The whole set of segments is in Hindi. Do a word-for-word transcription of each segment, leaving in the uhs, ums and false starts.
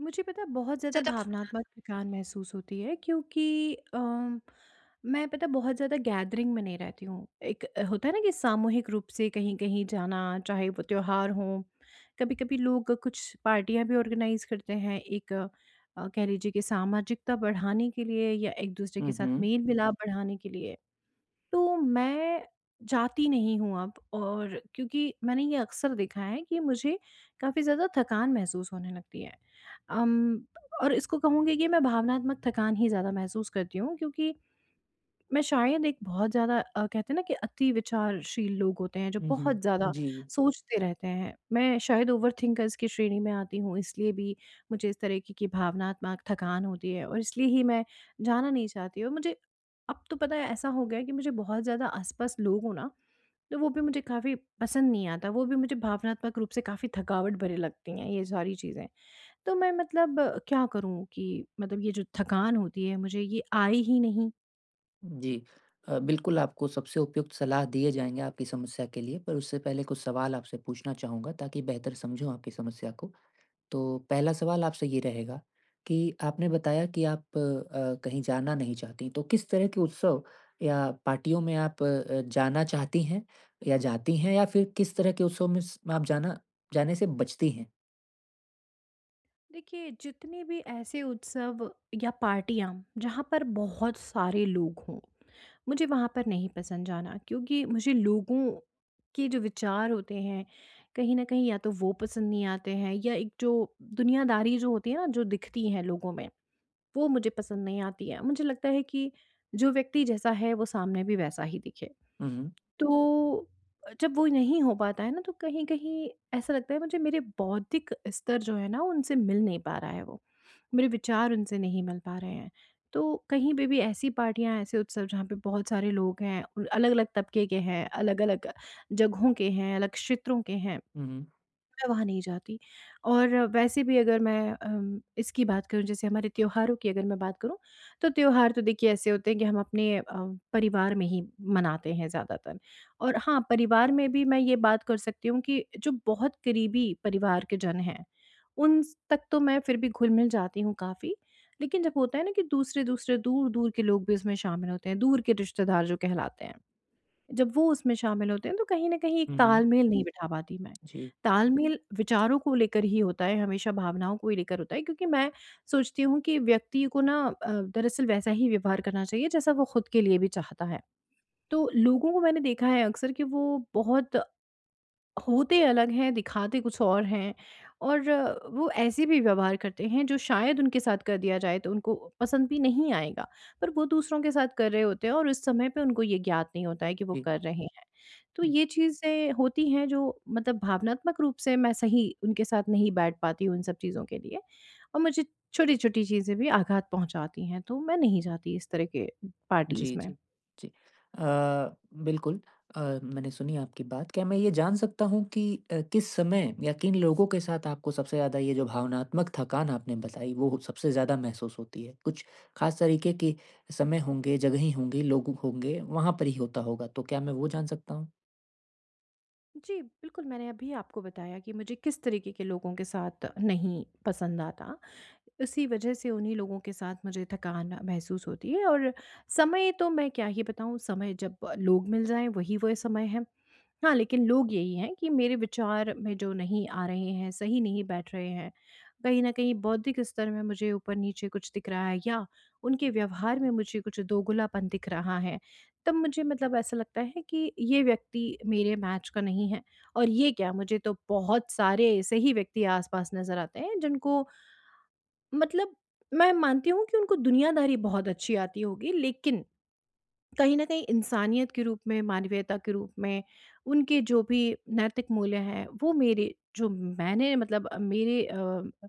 मुझे पता है बहुत ज़्यादा ज़्यादा भा भावनात्मक थकान महसूस होती है, क्योंकि अम, मैं पता है बहुत ज़्यादा गैदरिंग में नहीं रहती हूँ। एक अ, होता है ना कि सामूहिक रूप से कहीं-कहीं जाना, चाहे वो त्योहार हो, कभी-कभी लोग कुछ पार्टियाँ भी ऑर्गेनाइज़ करते हैं, एक अ, कह लीजिए कि सामाजिकता बढ़ाने के लिए या एक-दूसरे के उहुँ, साथ मेल-मिलाप बढ़ाने के लिए। तो मैं जाती नहीं हूँ अब, और क्योंकि मैंने ये अक्सर देखा है कि मुझे काफ़ी ज़्यादा थकान महसूस होने लगती है। अम, और इसको कहूँगी कि मैं भावनात्मक थकान ही ज़्यादा महसूस करती हूँ, क्योंकि मैं शायद एक बहुत ज़्यादा अ, कहते हैं ना कि अति विचारशील लोग होते हैं, जो उहुँ, बहुत ज़्यादा जी, सोचते रहते हैं। मैं शायद ओवरथिंकर्स की श्रेणी में आती हूँ, इसलिए भी मुझे इस तरीके की की भावनात्मक थकान होती है, और इसलिए ही मैं जाना नहीं चाहती, और मुझे अब तो पता है, ऐसा हो गया है कि मुझे बहुत ज़्यादा आस-पास लोग हो ना, तो वो भी मुझे काफ़ी पसंद नहीं आता। वो भी मुझे भावनात्मक रूप से काफ़ी थकावट भरे लगती हैं, ये सारी चीज़ें। तो मैं मतलब अ, क्या करूँ, कि मतलब ये जो थकान होती है, मुझे ये आए ही नहीं। जी। अ, बिल्कुल आपको सबसे उपयुक्त सलाह दिए जाएँगे आपकी समस्या के लिए, पर उससे पहले कुछ सवाल आपसे पूछना चाहूँगा ताकि बेहतर समझूँ आपकी समस्या को। तो पहला सवाल आपसे ये रहेगा कि आपने बताया कि आप अ, कहीं जाना नहीं चाहतीं, तो किस तरह के उत्सव या पार्टियों में आप अ, जाना चाहती हैं या जाती हैं, या फिर किस तरह के उत्सव में स आप जाना जाने से बचती हैं? देखिए जितने भी ऐसे उत्सव या पार्टियाँ, जहाँ पर बहुत सारे लोग हों, मुझे वहाँ पर नहीं पसंद जाना, क्योंकि मुझे लोगों के जो विचार होते हैं, कहीं ना कहीं या तो वो पसंद नहीं आते हैं, या एक जो दुनियादारी जो होती है ना, जो दिखती है लोगों में, वो मुझे पसंद नहीं आती है। मुझे लगता है कि जो व्यक्ति जैसा है वो सामने भी वैसा ही दिखे। हुँ, हुँ। तो जब वो नहीं हो पाता है ना, तो कहीं-कहीं ऐसा लगता है मुझे, मेरे बौद्धिक स्तर जो है ना, उनसे मिल नहीं पा रहा है वो। मेरे विचार उनसे नहीं मिल पा रहे हैं। तो कहीं पे भी ऐसी पार्टियाँ, ऐसे उत्सव जहाँ पे बहुत सारे लोग हैं, अलग-अलग तबके के हैं, अलग-अलग जगहों के हैं, अलग क्षेत्रों के हैं, हुँ, हुँ। मैं वहाँ नहीं जाती। और वैसे भी अगर मैं अम, इसकी बात करूँ, जैसे हमारे त्योहारों की अगर मैं बात करूँ, तो त्योहार तो देखिए ऐसे होते हैं कि हम अपने अ, परिवार में ही मनाते हैं ज़्यादातर। और हाँ, परिवार में भी मैं ये बात कर सकती हूँ कि जो बहुत करीबी परिवार के जन हैं, उन स- तक तो मैं फिर भी घुल मिल जाती हूँ काफ़ी, लेकिन जब होता है ना कि दूसरे दूसरे दूर दूर के लोग भी इसमें शामिल होते हैं, दूर के रिश्तेदार जो कहलाते हैं, जब वो उसमें शामिल होते हैं, तो कहीं न कहीं एक हुँ, हुँ। तालमेल नहीं बिठा पाती मैं। जी, तालमेल विचारों को लेकर ही होता है, हमेशा भावनाओं को ही लेकर होता है, क्योंकि मैं सोचती हूँ कि व्यक्ति को ना अ, दरअसल वैसा ही व्यवहार करना चाहिए, जैसा वो खुद के लिए भी चाहता है। तो लोगों को मैंने देखा है अक्सर, कि वो बहुत होते अलग हैं, दिखाते कुछ और हैं, और अ, वो ऐसे भी व्यवहार करते हैं जो शायद उनके साथ कर दिया जाए तो उनको पसंद भी नहीं आएगा। पर वो दूसरों के साथ कर रहे होते हैं, और उस समय पे उनको ये ज्ञात नहीं होता है कि वो जी। कर रहे हैं। तो ये चीज़ें होती हैं, जो मतलब भावनात्मक रूप से मैं सही उनके साथ नहीं बैठ पाती हूँ, इन सब चीज़ों के लिए, और मुझे छोटी-छोटी चीज़ें भी आघात पहुँचाती हैं, तो मैं नहीं जाती इस तरह के पार्टीज़ जी, में। जी, जी। अ, बिल्कुल, अ, मैंने सुनी आपकी बात। क्या मैं ये जान सकता हूँ कि अ, किस समय या किन लोगों के साथ आपको सबसे ज़्यादा ये जो भावनात्मक थकान आपने बताई, वो सबसे ज़्यादा महसूस होती है? कुछ ख़ास तरीके के समय होंगे, जगहें होंगी, लोग होंगे, वहाँ पर ही होता होगा, तो क्या मैं वो जान सकता हूँ? जी, बिल्कुल, मैंने अभी आपको बताया कि मुझे किस तरीके के लोगों के साथ नहीं पसंद आता। इसी वजह से उन्हीं लोगों के साथ मुझे थकान महसूस होती है, और समय तो मैं क्या ही बताऊँ, समय जब लोग मिल जाएँ, वही वो समय है। हाँ, लेकिन लोग यही हैं कि मेरे विचार में जो नहीं आ रहे हैं, सही नहीं बैठ रहे हैं, कहीं न कहीं बौद्धिक स्तर में मुझे ऊपर-नीचे कुछ दिख रहा है, या उनके व्यवहार में मुझे कुछ दोगलापन दिख रहा है, तब मुझे मतलब ऐसा लगता है कि ये व्यक्ति मेरे मैच का नहीं है। और ये क्या, मुझे तो बहुत सारे ऐसे ही व्यक्ति आस-पास नज़र आते हैं, जिनको मतलब मैं मानती हूँ कि उनको दुनियादारी बहुत अच्छी आती होगी, लेकिन कहीं न कहीं इंसानियत के रूप में, मानवीयता के रूप में, उनके जो भी नैतिक मूल्य हैं, वो मेरे जो मैंने मतलब अ, मेरे अ,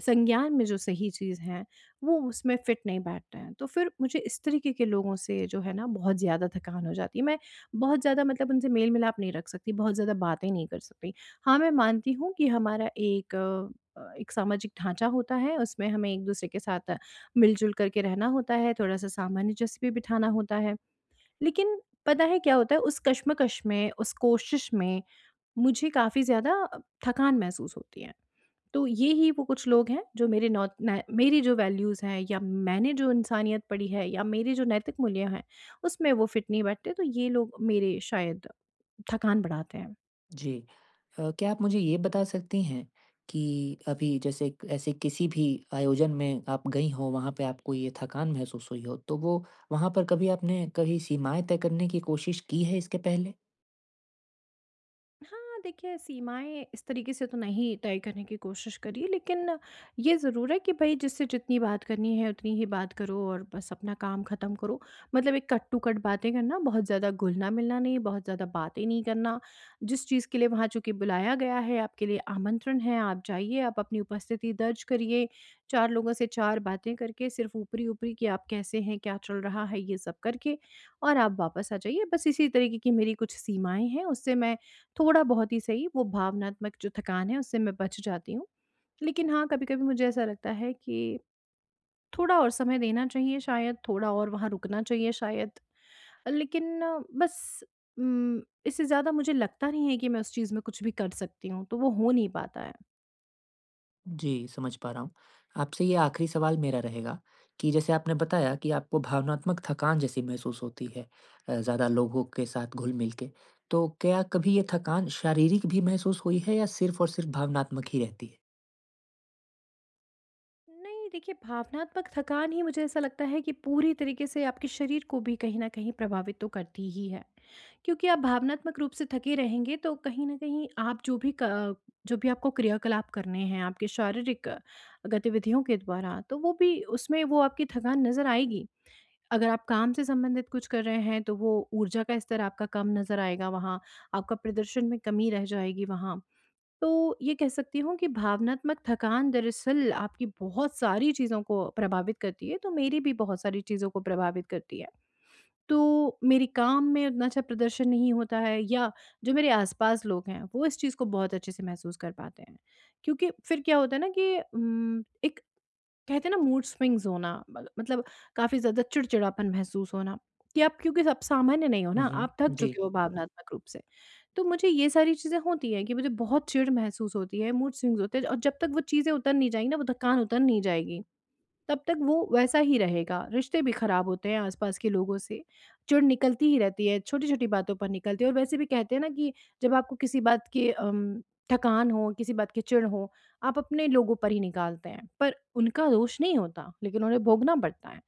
संज्ञान में जो सही चीज़ हैं, वो उसमें फिट नहीं बैठते हैं। तो फिर मुझे इस तरीके के लोगों से जो है ना, बहुत ज़्यादा थकान हो जाती है। मैं बहुत ज़्यादा मतलब उनसे मेल-मिलाप नहीं रख सकती, बहुत ज़्यादा बातें नहीं कर सकती। हाँ, मैं मानती हूँ कि हमारा एक अ, अ, एक सामाजिक ढाँचा होता है, उसमें हमें एक-दूसरे के साथ अ, मिल-जुल करके रहना होता है, थोड़ा-सा सामान्य जस भी बिठाना होता है। लेकिन पता है क्या होता है, उस कश्मकश में, उस कोशिश में मुझे काफ़ी ज़्यादा थकान महसूस होती है। तो ये ही वो कुछ लोग हैं जो मेरे नौ न मेरी जो वैल्यूज़ हैं, या मैंने जो इंसानियत पढ़ी है, या मेरे जो नैतिक मूल्य हैं, उसमें वो फिट नहीं बैठते, तो ये लोग मेरे शायद थकान बढ़ाते हैं। जी। अ, क्या आप मुझे ये बता सकती हैं कि अभी जैसे क- ऐसे किसी भी आयोजन में आप गई हो, वहाँ पे आपको ये थकान महसूस हुई हो, तो वो वहाँ पर कभी आपने कभी सीमाएँ तय करने की कोशिश की है इसके पहले? हाँ, देखिए सीमाएँ इस तरीके से तो नहीं तय करने की कोशिश करी, लेकिन ये ज़रूर है कि भई, जिससे जितनी बात करनी है उतनी ही बात करो, और बस अपना काम ख़त्म करो। मतलब एक कट टू कट बातें करना, बहुत ज़्यादा घुलना-मिलना नहीं, बहुत ज़्यादा बातें नहीं करना। जिस चीज़ के लिए वहाँ चूँकि बुलाया गया है, आपके लिए आमंत्रण है, आप जाइए, आप अपनी उपस्थिति दर्ज करिए। चार लोगों से चार बातें करके, सिर्फ़ ऊपरी-ऊपरी कि आप कैसे हैं, क्या चल रहा है, ये सब करके, और आप वापस आ जाइए। बस इसी तरीके की मेरी कुछ सीमाएँ हैं, उससे मैं थोड़ा बहुत ही सही, वो भावनात्मक जो थकान है उससे मैं बच जाती हूँ। लेकिन हाँ, कभी-कभी मुझे ऐसा लगता है कि थोड़ा और समय देना चाहिए शायद, थोड़ा और वहाँ रुकना चाहिए शायद। लेकिन अ, बस उम, इससे ज़्यादा मुझे लगता नहीं है कि मैं उस चीज़ में कुछ भी कर सकती हूँ, तो वो हो नहीं पाता है। जी, समझ पा रहा हूँ। आपसे ये आखिरी सवाल मेरा रहेगा कि जैसे आपने बताया कि आपको भावनात्मक थकान जैसी महसूस होती है अ, ज़्यादा लोगों के साथ घुल-मिल के, तो क्या कभी ये थकान शारीरिक भी महसूस हुई है या सिर्फ़ और सिर्फ़ भावनात्मक ही रहती है? नहीं, देखिए भावनात्मक थकान ही मुझे ऐसा लगता है कि पूरी तरीके से आपके शरीर को भी कहीं न कहीं प्रभावित तो करती ही है। क्योंकि आप भावनात्मक रूप से थके रहेंगे, तो कहीं न कहीं आप जो भी क जो भी आपको क्रियाकलाप करने हैं, आपके शारीरिक गतिविधियों के द्वारा, तो वो भी उसमें, वो आपकी थकान नज़र आएगी। अगर आप काम से संबंधित कुछ कर रहे हैं, तो वो ऊर्जा का स्तर आपका कम नज़र आएगा वहाँ, आपका प्रदर्शन में कमी रह जाएगी वहाँ। तो ये कह सकती हूँ कि भावनात्मक थकान दरअसल आपकी बहुत सारी चीज़ों को प्रभावित करती है, तो मेरी भी बहुत सारी चीज़ों को प्रभावित करती है। तो मेरे काम में उतना अच्छा प्रदर्शन नहीं होता है, या जो मेरे आस-पास लोग हैं, वो इस चीज़ को बहुत अच्छे से महसूस कर पाते हैं। क्योंकि फिर क्या होता है ना कि उम, एक कहते हैं ना मूड स्विंग्स होना, मत- मतलब काफी ज्यादा चिड़चिड़ापन महसूस होना, कि आप, क्योंकि आप सामान्य नहीं हो हुँ, ना, आप थक हुँ। जी। चुके हो भावनात्मक रूप से। तो मुझे ये सारी चीजें होती हैं कि मुझे बहुत चिड़ महसूस होती है, मूड स्विंग्स होते हैं, और जब तक वो चीजें उतर नहीं जाएंगी ना, वो थकान उतर नहीं जाएगी, तब तक वो वैसा ही रहेगा। रिश्ते भी ख़राब होते हैं आस-पास के लोगों से। चिढ़ निकलती ही रहती है, छोटी-छोटी बातों पर निकलती है, और वैसे भी कहते हैं ना कि जब आपको किसी बात की अम, थकान हो, किसी बात की चिढ़ हो, आप अपने लोगों पर ही निकालते हैं। पर उनका दोष नहीं होता, लेकिन उन्हें भोगना पड़ता है।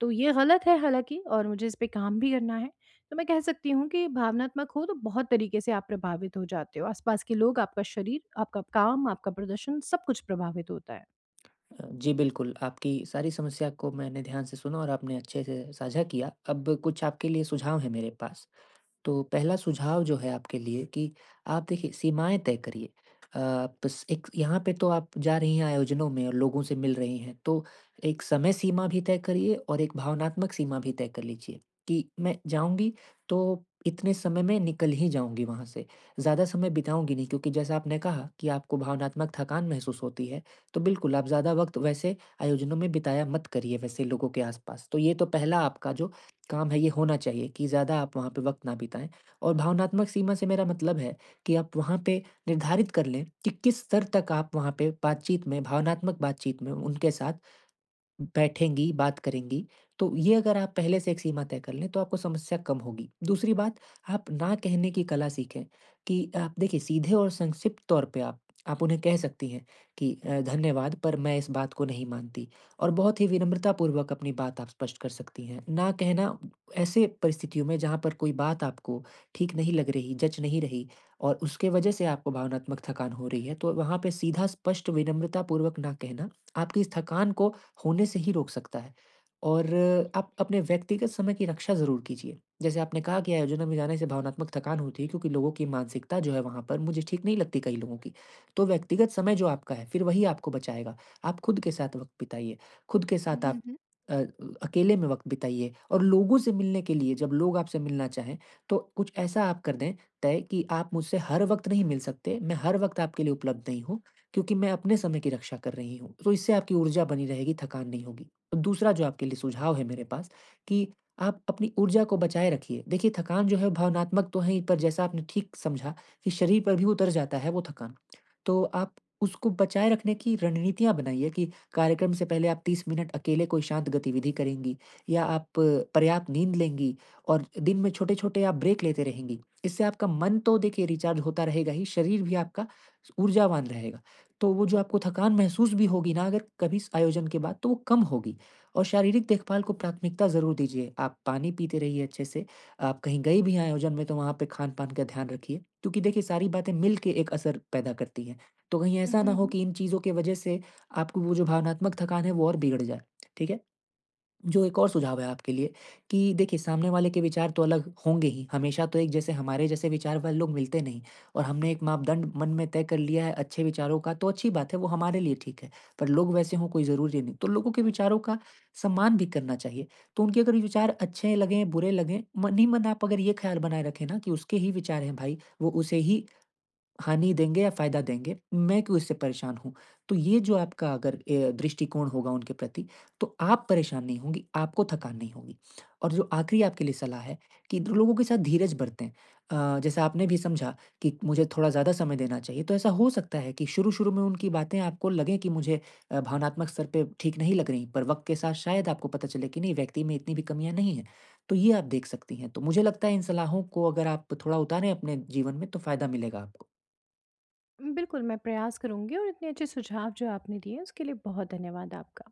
तो ये गलत है हालाँकि, और मुझे इस पे काम भी करना है। तो मैं कह सकती हूँ कि भावनात्मक हो तो बहुत तरीके से आप प्रभावित हो जाते हो। आस-पास के लोग, आपका शरीर, आपका काम, आपका प्रदर्शन, सब कुछ प्रभावित होता है। अ, जी बिल्कुल, आपकी सारी समस्या को मैंने ध्यान से सुना और आपने अच्छे से साझा किया। अब कुछ आपके लिए सुझाव है मेरे पास। तो पहला सुझाव जो है आपके लिए कि आप देखिए सीमाएँ तय करिए। अ, बस एक यहाँ पे तो आप जा रही हैं आयोजनों में और लोगों से मिल रही हैं, तो एक समय सीमा भी तय करिए और एक भावनात्मक सीमा भी तय कर लीजिए कि मैं जाऊँगी तो इतने समय में निकल ही जाऊँगी वहाँ से। ज़्यादा समय बिताऊँगी नहीं, क्योंकि जैसा आपने कहा कि आपको भावनात्मक थकान महसूस होती है, तो बिल्कुल आप ज़्यादा वक़्त वैसे आयोजनों में बिताया मत करिए, वैसे लोगों के आस-पास। तो ये तो पहला आपका जो काम है ये होना चाहिए कि ज़्यादा आप वहाँ पे वक़्त ना बिताएँ, और भावनात्मक सीमा से मेरा मतलब है कि आप वहाँ पे निर्धारित कर लें कि किस स्तर तक आप वहाँ पे बातचीत में, भावनात्मक बातचीत में उनके साथ बैठेंगी, बात करेंगी। तो ये अगर आप पहले से एक सीमा तय कर लें, तो आपको समस्या कम होगी। दूसरी बात, आप ना कहने की कला सीखें, कि आप देखिए सीधे और संक्षिप्त तौर पे आप आप उन्हें कह सकती हैं कि अ, धन्यवाद, पर मैं इस बात को नहीं मानती, और बहुत ही विनम्रतापूर्वक अपनी बात आप स्पष्ट कर सकती हैं। ना कहना ऐसे परिस्थितियों में जहाँ पर कोई बात आपको ठीक नहीं लग रही, जच नहीं रही, और उसके वजह से आपको भावनात्मक थकान हो रही है, तो वहाँ पे सीधा, स्पष्ट, विनम्रतापूर्वक ना कहना आपकी इस थकान को होने से ही रोक सकता है। और आप अपने व्यक्तिगत समय की रक्षा ज़रूर कीजिए। जैसे आपने कहा कि आयोजनों में जाने से भावनात्मक थकान होती है, क्योंकि लोगों की मानसिकता जो है वहाँ पर मुझे ठीक नहीं लगती कई लोगों की। तो व्यक्तिगत समय जो आपका है, फिर वही आपको बचाएगा। आप खुद के साथ वक़्त बिताइए, खुद के साथ हुँ, आप हुँ। अ, अकेले में वक़्त बिताइए, और लोगों से मिलने के लिए जब लोग आपसे मिलना चाहें, तो कुछ ऐसा आप कर दें तय, कि आप मुझसे हर वक़्त नहीं मिल सकते, मैं हर वक़्त आपके लिए उपलब्ध नहीं हूँ। क्योंकि मैं अपने समय की रक्षा कर रही हूँ। तो इससे आपकी ऊर्जा बनी रहेगी, थकान नहीं होगी। दूसरा जो आपके लिए सुझाव है मेरे पास, कि आप अपनी ऊर्जा को बचाए रखिए। देखिए थकान जो है भावनात्मक तो है ही, पर जैसा आपने ठीक समझा कि शरीर पर भी उतर जाता है वो थकान। तो आप उसको बचाए रखने की रणनीतियाँ बनाइए कि कार्यक्रम से पहले आप तीस मिनट अकेले कोई शांत गतिविधि करेंगी, या आप पर्याप्त नींद लेंगी, और दिन में छोटे-छोटे आप ब्रेक लेते रहेंगी। इससे आपका मन तो देखिए रिचार्ज होता रहेगा ही, शरीर भी आपका ऊर्जावान रहेगा। तो वो जो आपको थकान महसूस भी होगी ना अगर कभी इस आयोजन के बाद, तो वो कम होगी। और शारीरिक देखभाल को प्राथमिकता ज़रूर दीजिए। आप पानी पीते रहिए अच्छे से, आप कहीं गए भी हैं आयोजन में, तो वहाँ पे खान-पान का ध्यान रखिए, क्योंकि देखिए सारी बातें मिल के एक असर पैदा करती हैं। तो कहीं हुँ, ऐसा ना हुँ, हो हुँ। कि इन चीज़ों की वज़ह से आपको वो जो भावनात्मक थकान है वो और बिगड़ जाए, ठीक है? जो एक और सुझाव है आपके लिए, कि देखिए सामने वाले के विचार तो अलग होंगे ही, हमेशा तो एक जैसे हमारे जैसे विचार वाले लोग मिलते नहीं, और हमने एक मापदंड मन में तय कर लिया है अच्छे विचारों का, तो अच्छी बात है, वो हमारे लिए ठीक है, पर लोग वैसे हों कोई ज़रूरी नहीं। तो लोगों के विचारों का सम्मान भी करना चाहिए। तो उनके अगर विचार अच्छे लगें, बुरे लगें, मन ही मन आप अगर ये ख्याल बनाए रखें ना कि उसके ही विचार हैं भाई, वो उसे ही हानि देंगे या फ़ायदा देंगे, मैं क्यों इससे परेशान हूँ? तो ये जो आपका अगर ए दृष्टिकोण होगा उनके प्रति, तो आप परेशान नहीं होंगी, आपको थकान नहीं होगी। और जो आखिरी आपके लिए सलाह है, कि द लोगों के साथ धीरज बरतें। अ, जैसा आपने भी समझा कि मुझे थोड़ा ज़्यादा समय देना चाहिए, तो ऐसा हो सकता है कि शुरू-शुरू में उनकी बातें आपको लगें कि मुझे अ, भावनात्मक स्तर पे ठीक नहीं लग रहीं, पर वक़्त के साथ शायद आपको पता चले कि नहीं, व्यक्ति में इतनी भी कमियाँ नहीं हैं। तो ये आप देख सकती हैं। तो मुझे लगता है इन सलाहों को अगर आप थोड़ा उतारें अपने जीवन में, तो फ़ायदा मिलेगा आपको। बिल्कुल, मैं प्रयास करूँगी, और इतने अच्छे सुझाव जो आपने दिए, उसके लिए बहुत धन्यवाद आपका।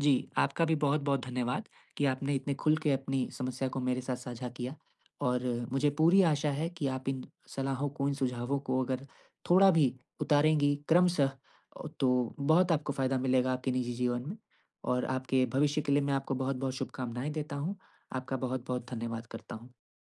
जी, आपका भी बहुत-बहुत धन्यवाद कि आपने इतने खुल के अपनी समस्या को मेरे साथ साझा किया, और मुझे पूरी आशा है कि आप इन सलाहों को, इन सुझावों को अगर थोड़ा भी उतारेंगी क्रमशः, अ, तो बहुत आपको फ़ायदा मिलेगा आपके निजी जीवन में, और आपके भविष्य के लिए मैं आपको बहुत-बहुत शुभकामनाएँ देता हूँ। आपका बहुत-बहुत धन्यवाद करता हूँ।